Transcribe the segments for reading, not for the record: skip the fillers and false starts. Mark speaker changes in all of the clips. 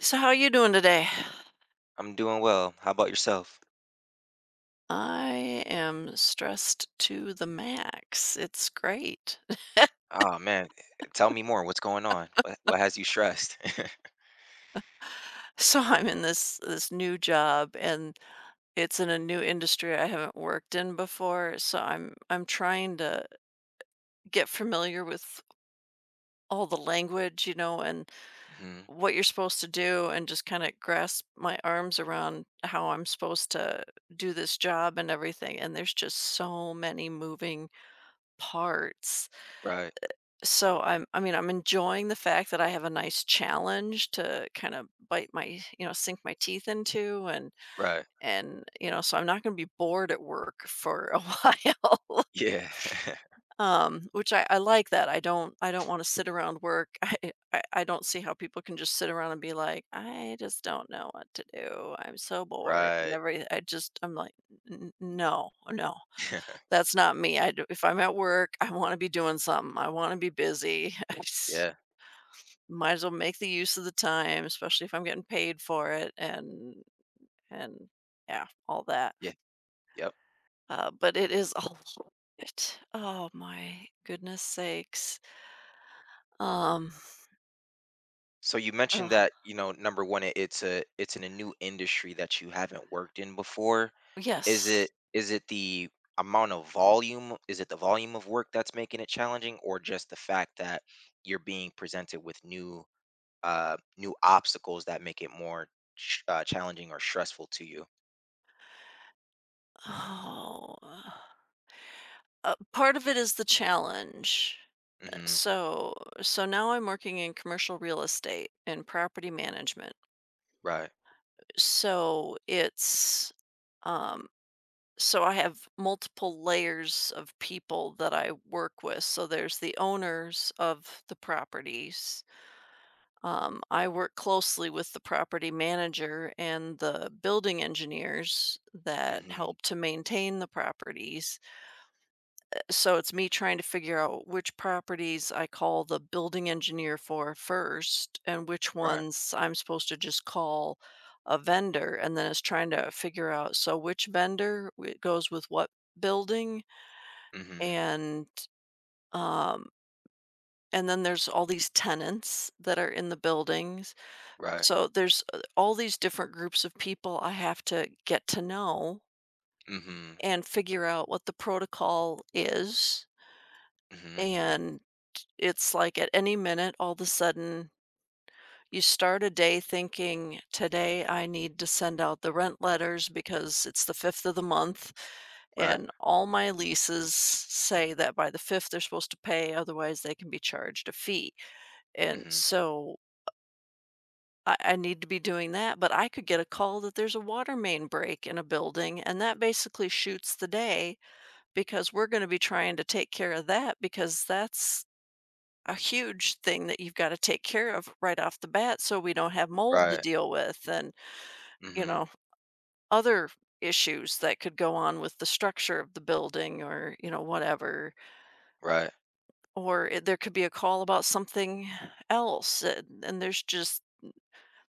Speaker 1: So how are you doing today?
Speaker 2: I'm doing well. How about yourself?
Speaker 1: I am stressed to the max. It's great.
Speaker 2: Ah, man, tell me more. What's going on? What has you stressed?
Speaker 1: So I'm in this new job, and it's in a new industry I haven't worked in before, so I'm trying to get familiar with all the language, you know, and
Speaker 2: Mhm.
Speaker 1: what you're supposed to do and just kind of grasp my arms around how I'm supposed to do this job and everything. And there's just so many moving parts.
Speaker 2: Right.
Speaker 1: So I'm enjoying the fact that I have a nice challenge to kind of bite my you know, sink my teeth into and
Speaker 2: Right.
Speaker 1: and so I'm not gonna be bored at work for a while,
Speaker 2: Yeah.
Speaker 1: which I like that. I don't wanna sit around work. I don't see how people can just sit around and be like, "I just don't know what to do. I'm so bored," and
Speaker 2: Right.
Speaker 1: every I just I'm like, "N no, no. That's not me. If I'm at work, I wanna be doing something. I wanna be busy."
Speaker 2: Yeah.
Speaker 1: Might as well make the use of the time, especially if I'm getting paid for it and yeah, all that.
Speaker 2: Yeah. Yep.
Speaker 1: But it is a lot. Oh my goodness sakes. Um
Speaker 2: So you mentioned
Speaker 1: ugh,
Speaker 2: that, you know, number one, it, it's a it's in a new industry that you haven't worked in before. Is it
Speaker 1: yes.
Speaker 2: is it the amount of volume? Is it the volume of work that's making it challenging, or just the fact that you're being presented with new new obstacles that make it more challenging or stressful to you.
Speaker 1: Oh. uh, Part of it is the challenge. Uh,
Speaker 2: Mm-hmm.
Speaker 1: So so now I'm working in commercial real estate and property management.
Speaker 2: Right.
Speaker 1: So it's um so I have multiple layers of people that I work with. So there's the owners of the properties. I work closely with the property manager and the building engineers that
Speaker 2: Mm-hmm.
Speaker 1: help to maintain the properties. So it's me trying to figure out which properties I call the building engineer for first, and which
Speaker 2: Right.
Speaker 1: ones I'm supposed to just call a vendor. And then it's trying to figure out which vendor goes with what building,
Speaker 2: Mm-hmm.
Speaker 1: and, um and then there's all these tenants that are in the buildings.
Speaker 2: Right.
Speaker 1: So there's, all these different groups of people I have to get to know
Speaker 2: Mm-hmm.
Speaker 1: and figure out what the protocol is,
Speaker 2: Mm-hmm.
Speaker 1: and it's like at any minute, all of a sudden, you start a day thinking, "Today I need to send out the rent letters because it's the 5th of the month,
Speaker 2: Right.
Speaker 1: and all my leases say that by the 5th they're supposed to pay, otherwise they can be charged a fee." And
Speaker 2: Mm-hmm.
Speaker 1: so I need to be doing that, but I could get a call that there's a water main break in a building, and that basically shoots the day, because we're going to be trying to take care of that, because that's a huge thing that you've got to take care of right off the bat so we don't have mold to
Speaker 2: Right.
Speaker 1: deal with and, you
Speaker 2: Mm-hmm.
Speaker 1: know, other issues that could go on with the structure of the building or, you know, whatever.
Speaker 2: Right.
Speaker 1: There could be a call about something else, and there's just.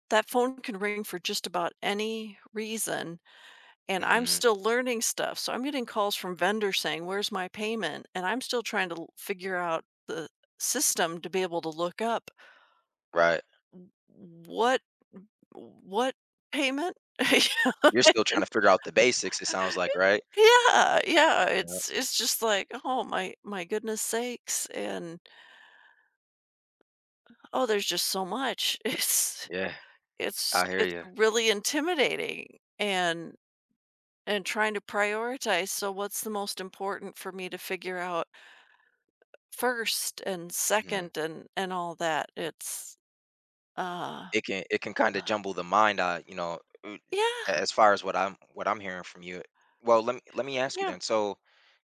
Speaker 1: That phone can ring for just about any reason, and I'm
Speaker 2: Mm-hmm.
Speaker 1: still learning stuff, so I'm getting calls from vendors saying, "Where's my payment?" And I'm still trying to l figure out the system to be able to look up
Speaker 2: Right.
Speaker 1: w what what payment? You know,
Speaker 2: You're still trying
Speaker 1: and-
Speaker 2: to figure out the basics. It sounds like, right?
Speaker 1: yeah, yeah,
Speaker 2: Yeah.
Speaker 1: it's just like, "Oh my goodness sakes," and, oh, there's just so much. It's
Speaker 2: Yeah,
Speaker 1: it's
Speaker 2: I
Speaker 1: it's
Speaker 2: hear
Speaker 1: really intimidating, and trying to prioritize. So what's the most important for me to figure out first and
Speaker 2: you.
Speaker 1: second and all that. It's uh
Speaker 2: It can kind of jumble the mind, you know,
Speaker 1: yeah,
Speaker 2: as far as what I'm hearing from you. Well, let me ask you
Speaker 1: yeah.
Speaker 2: then, so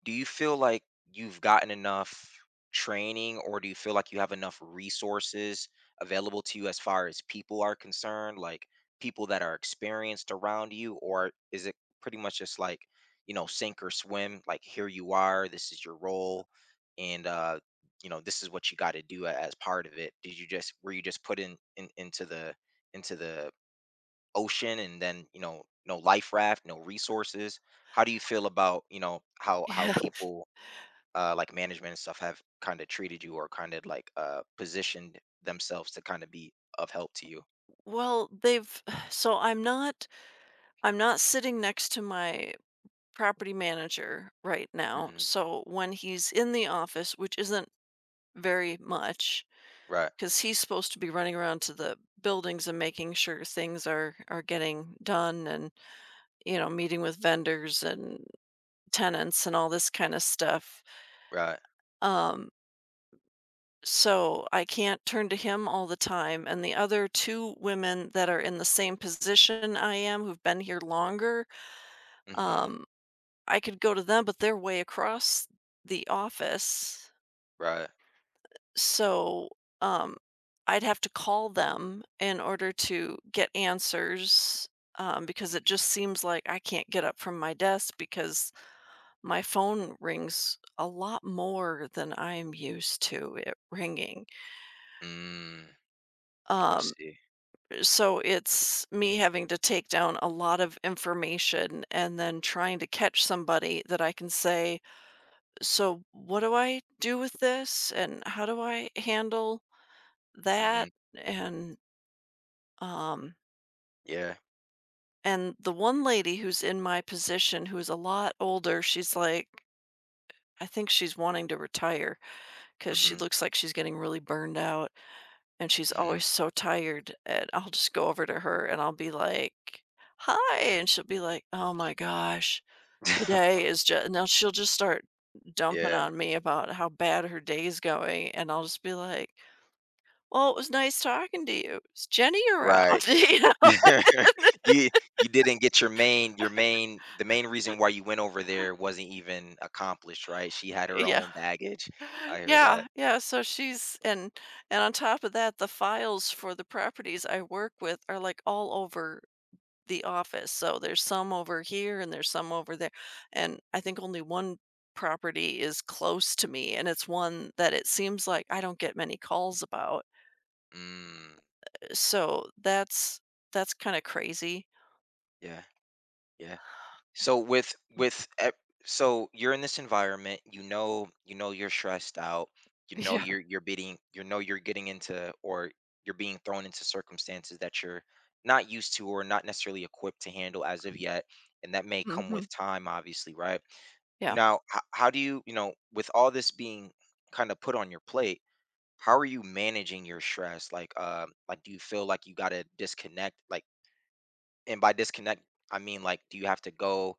Speaker 2: do you feel like you've gotten enough training, or do you feel like you have enough resources available to you as far as people are concerned, like people that are experienced around you? Or is it pretty much just like, you know, sink or swim, like here you are, this is your role, and you know, this is what you got to do as part of it. Did you just, were you just put in into the ocean and then, you know, no life raft, no resources? How do you feel about, you know, how
Speaker 1: Yeah.
Speaker 2: people, like management and stuff, have kind of treated you, or kind of like, positioned themselves to kind of be of help to you?
Speaker 1: Well, they've so I'm not sitting next to my property manager right now.
Speaker 2: Hmm.
Speaker 1: So when he's in the office, which isn't very much
Speaker 2: Right.
Speaker 1: because he's supposed to be running around to the buildings and making sure things are getting done and you know meeting with vendors and tenants and all this kind of stuff.
Speaker 2: Right.
Speaker 1: Um, so I can't turn to him all the time. And the other two women that are in the same position I am, who've been here longer,
Speaker 2: Hmm.
Speaker 1: um, I could go to them, but they're way across the office.
Speaker 2: Right.
Speaker 1: So um, I'd have to call them in order to get answers, because it
Speaker 2: Hmm.
Speaker 1: just seems like I can't get up from my desk because my phone rings a lot more than I'm used to it ringing.
Speaker 2: Mm, I
Speaker 1: Um,
Speaker 2: see.
Speaker 1: so it's me having to take down a lot of information and then trying to catch somebody that I can say, "So, what do I do with this? And how do I handle
Speaker 2: Hmm.
Speaker 1: that?" And, um,
Speaker 2: Yeah.
Speaker 1: and the one lady who's in my position, who's a lot older, she's like, I think she's wanting to retire because she
Speaker 2: Hmm.
Speaker 1: looks like she's getting really burned out, and she's
Speaker 2: Hmm.
Speaker 1: always so tired, and I'll just go over to her and I'll be like, "Hi," and she'll be like, "Oh my gosh, today is just," now she'll just start dumping
Speaker 2: Yeah.
Speaker 1: on me about how bad her day's going, and I'll just be like, "Well, it was nice talking to you. Is Jenny around?"
Speaker 2: Right.
Speaker 1: You know?
Speaker 2: you you didn't get your main, your main, the main reason why you went over there wasn't even accomplished, right? She had her
Speaker 1: Yeah,
Speaker 2: own baggage. I hear that.
Speaker 1: yeah, yeah. So she's and on top of that, the files for the properties I work with are like all over the office. So there's some over here and there's some over there. And I think only one property is close to me, and it's one that it seems like I don't get many calls about.
Speaker 2: Mm,
Speaker 1: So that's kind of crazy.
Speaker 2: yeah, yeah. So so you're in this environment, you know you're stressed out, you know
Speaker 1: Yeah.
Speaker 2: you're getting into, or you're being thrown into circumstances that you're not used to or not necessarily equipped to handle as of yet, and that may come
Speaker 1: Hmm.
Speaker 2: with time, obviously, right?
Speaker 1: Yeah.
Speaker 2: Now, how do you, you know, with all this being kind of put on your plate, how are you managing your stress? Like, do you feel like you got to disconnect? Like, and by disconnect, I mean, like, do you have to go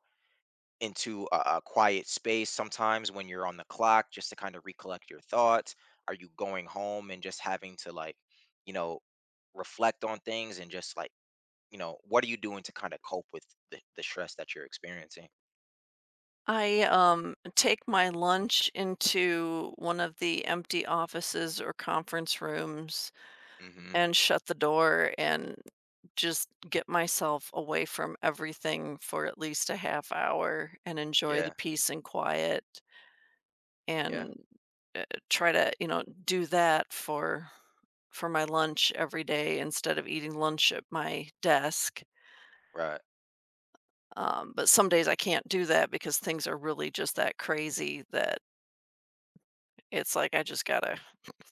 Speaker 2: into a quiet space sometimes when you're on the clock just to kind of recollect your thoughts? Are you going home and just having to, like, you know, reflect on things and just like, you know, what are you doing to kind of cope with the stress that you're experiencing?
Speaker 1: I take my lunch into one of the empty offices or conference rooms
Speaker 2: Hmm.
Speaker 1: and shut the door and just get myself away from everything for at least a half hour and enjoy the
Speaker 2: Yeah.
Speaker 1: peace and quiet
Speaker 2: Yeah.
Speaker 1: and uh, try to, you know, do that for my lunch every day instead of eating lunch at my desk.
Speaker 2: Right.
Speaker 1: But some days I can't do that because things are really just that crazy that it's like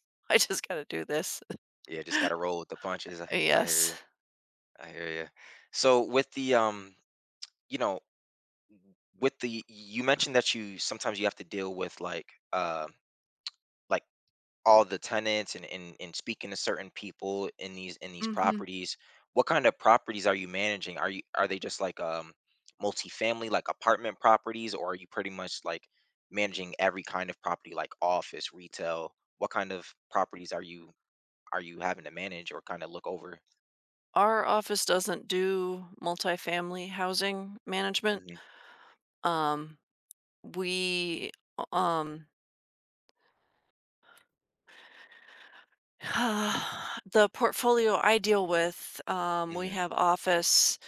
Speaker 1: I just gotta do this.
Speaker 2: Yeah. Just got to roll with the punches. I hear you.
Speaker 1: Yes.
Speaker 2: I hear you. So with the, you know, with the, you mentioned that you sometimes you have to deal with uh, like all the tenants, and, and speaking to certain people in these properties. What kind of properties are you managing? Are you, are they just like, um, multifamily, like apartment properties? Or are you pretty much like managing every kind of property, like office, retail? What kind of properties are you having to manage or kind of look over?
Speaker 1: Our office doesn't do multifamily housing management.
Speaker 2: Hmm.
Speaker 1: Um, we, um, the portfolio I deal with, we
Speaker 2: Hmm.
Speaker 1: have office,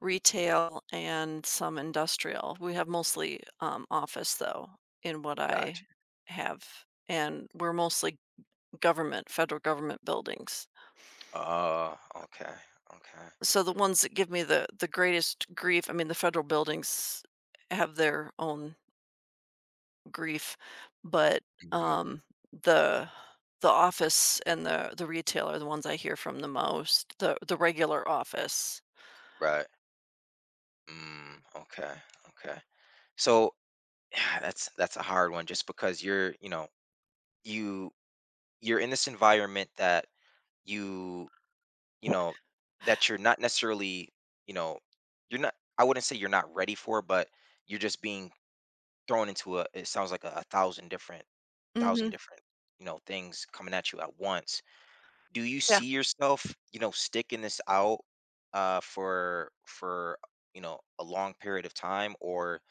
Speaker 1: retail, and some industrial. We have mostly office, though, in what I
Speaker 2: Gotcha.
Speaker 1: have. And we're mostly government, federal government buildings.
Speaker 2: Oh, okay. Okay.
Speaker 1: So the ones that give me the greatest grief, I mean, the federal buildings have their own grief, but,
Speaker 2: Hmm.
Speaker 1: um, the the office and the retail are the ones I hear from the most, the regular office.
Speaker 2: Right. Mm, okay. Okay. So that's a hard one, just because you're, you know, you, you're in this environment that you you know, that you're not necessarily, you know, you're not, I wouldn't say you're not ready for, but you're just being thrown into a, it sounds like a, a thousand different thousand
Speaker 1: Mhm,
Speaker 2: different you know, things coming at you at once. Do you
Speaker 1: yeah.
Speaker 2: see yourself, you know, sticking this out for you know, a long period of time? Or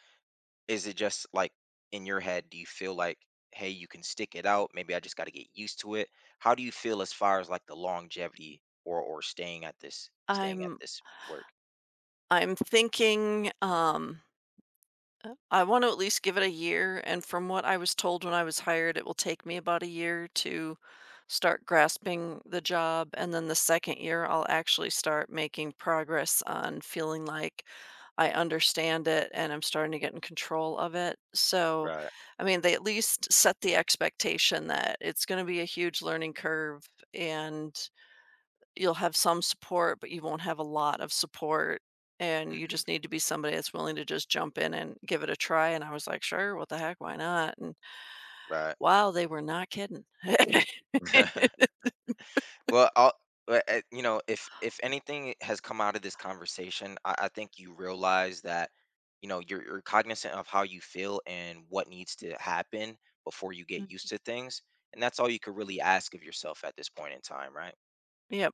Speaker 2: is it just like, in your head, do you feel like, hey, you can stick it out? Maybe I just got to get used to it. How do you feel as far as like the longevity, or staying at this staying at
Speaker 1: I'm
Speaker 2: this work?
Speaker 1: I'm thinking, I wanna at least give it a year, and from what I was told when I was hired, it will take me about a year to start grasping the job, and then the 2nd year, I'll actually start making progress on feeling like I understand it and I'm starting to get in control of it. So,
Speaker 2: Right.
Speaker 1: I mean, they at least set the expectation that it's going to be a huge learning curve, and you'll have some support, but you won't have a lot of support. And you
Speaker 2: Hmm.
Speaker 1: just need to be somebody that's willing to just jump in and give it a try. And I was like, sure, what the heck, why not? And
Speaker 2: Right.
Speaker 1: wow, they were not kidding.
Speaker 2: Well, I'll, but, you know, if anything has come out of this conversation, I, think you realize that, you know, you're cognizant of how you feel and what needs to happen before you get used
Speaker 1: Mm.
Speaker 2: to things, and that's all you could really ask of yourself at this point in time, right?
Speaker 1: Yeah.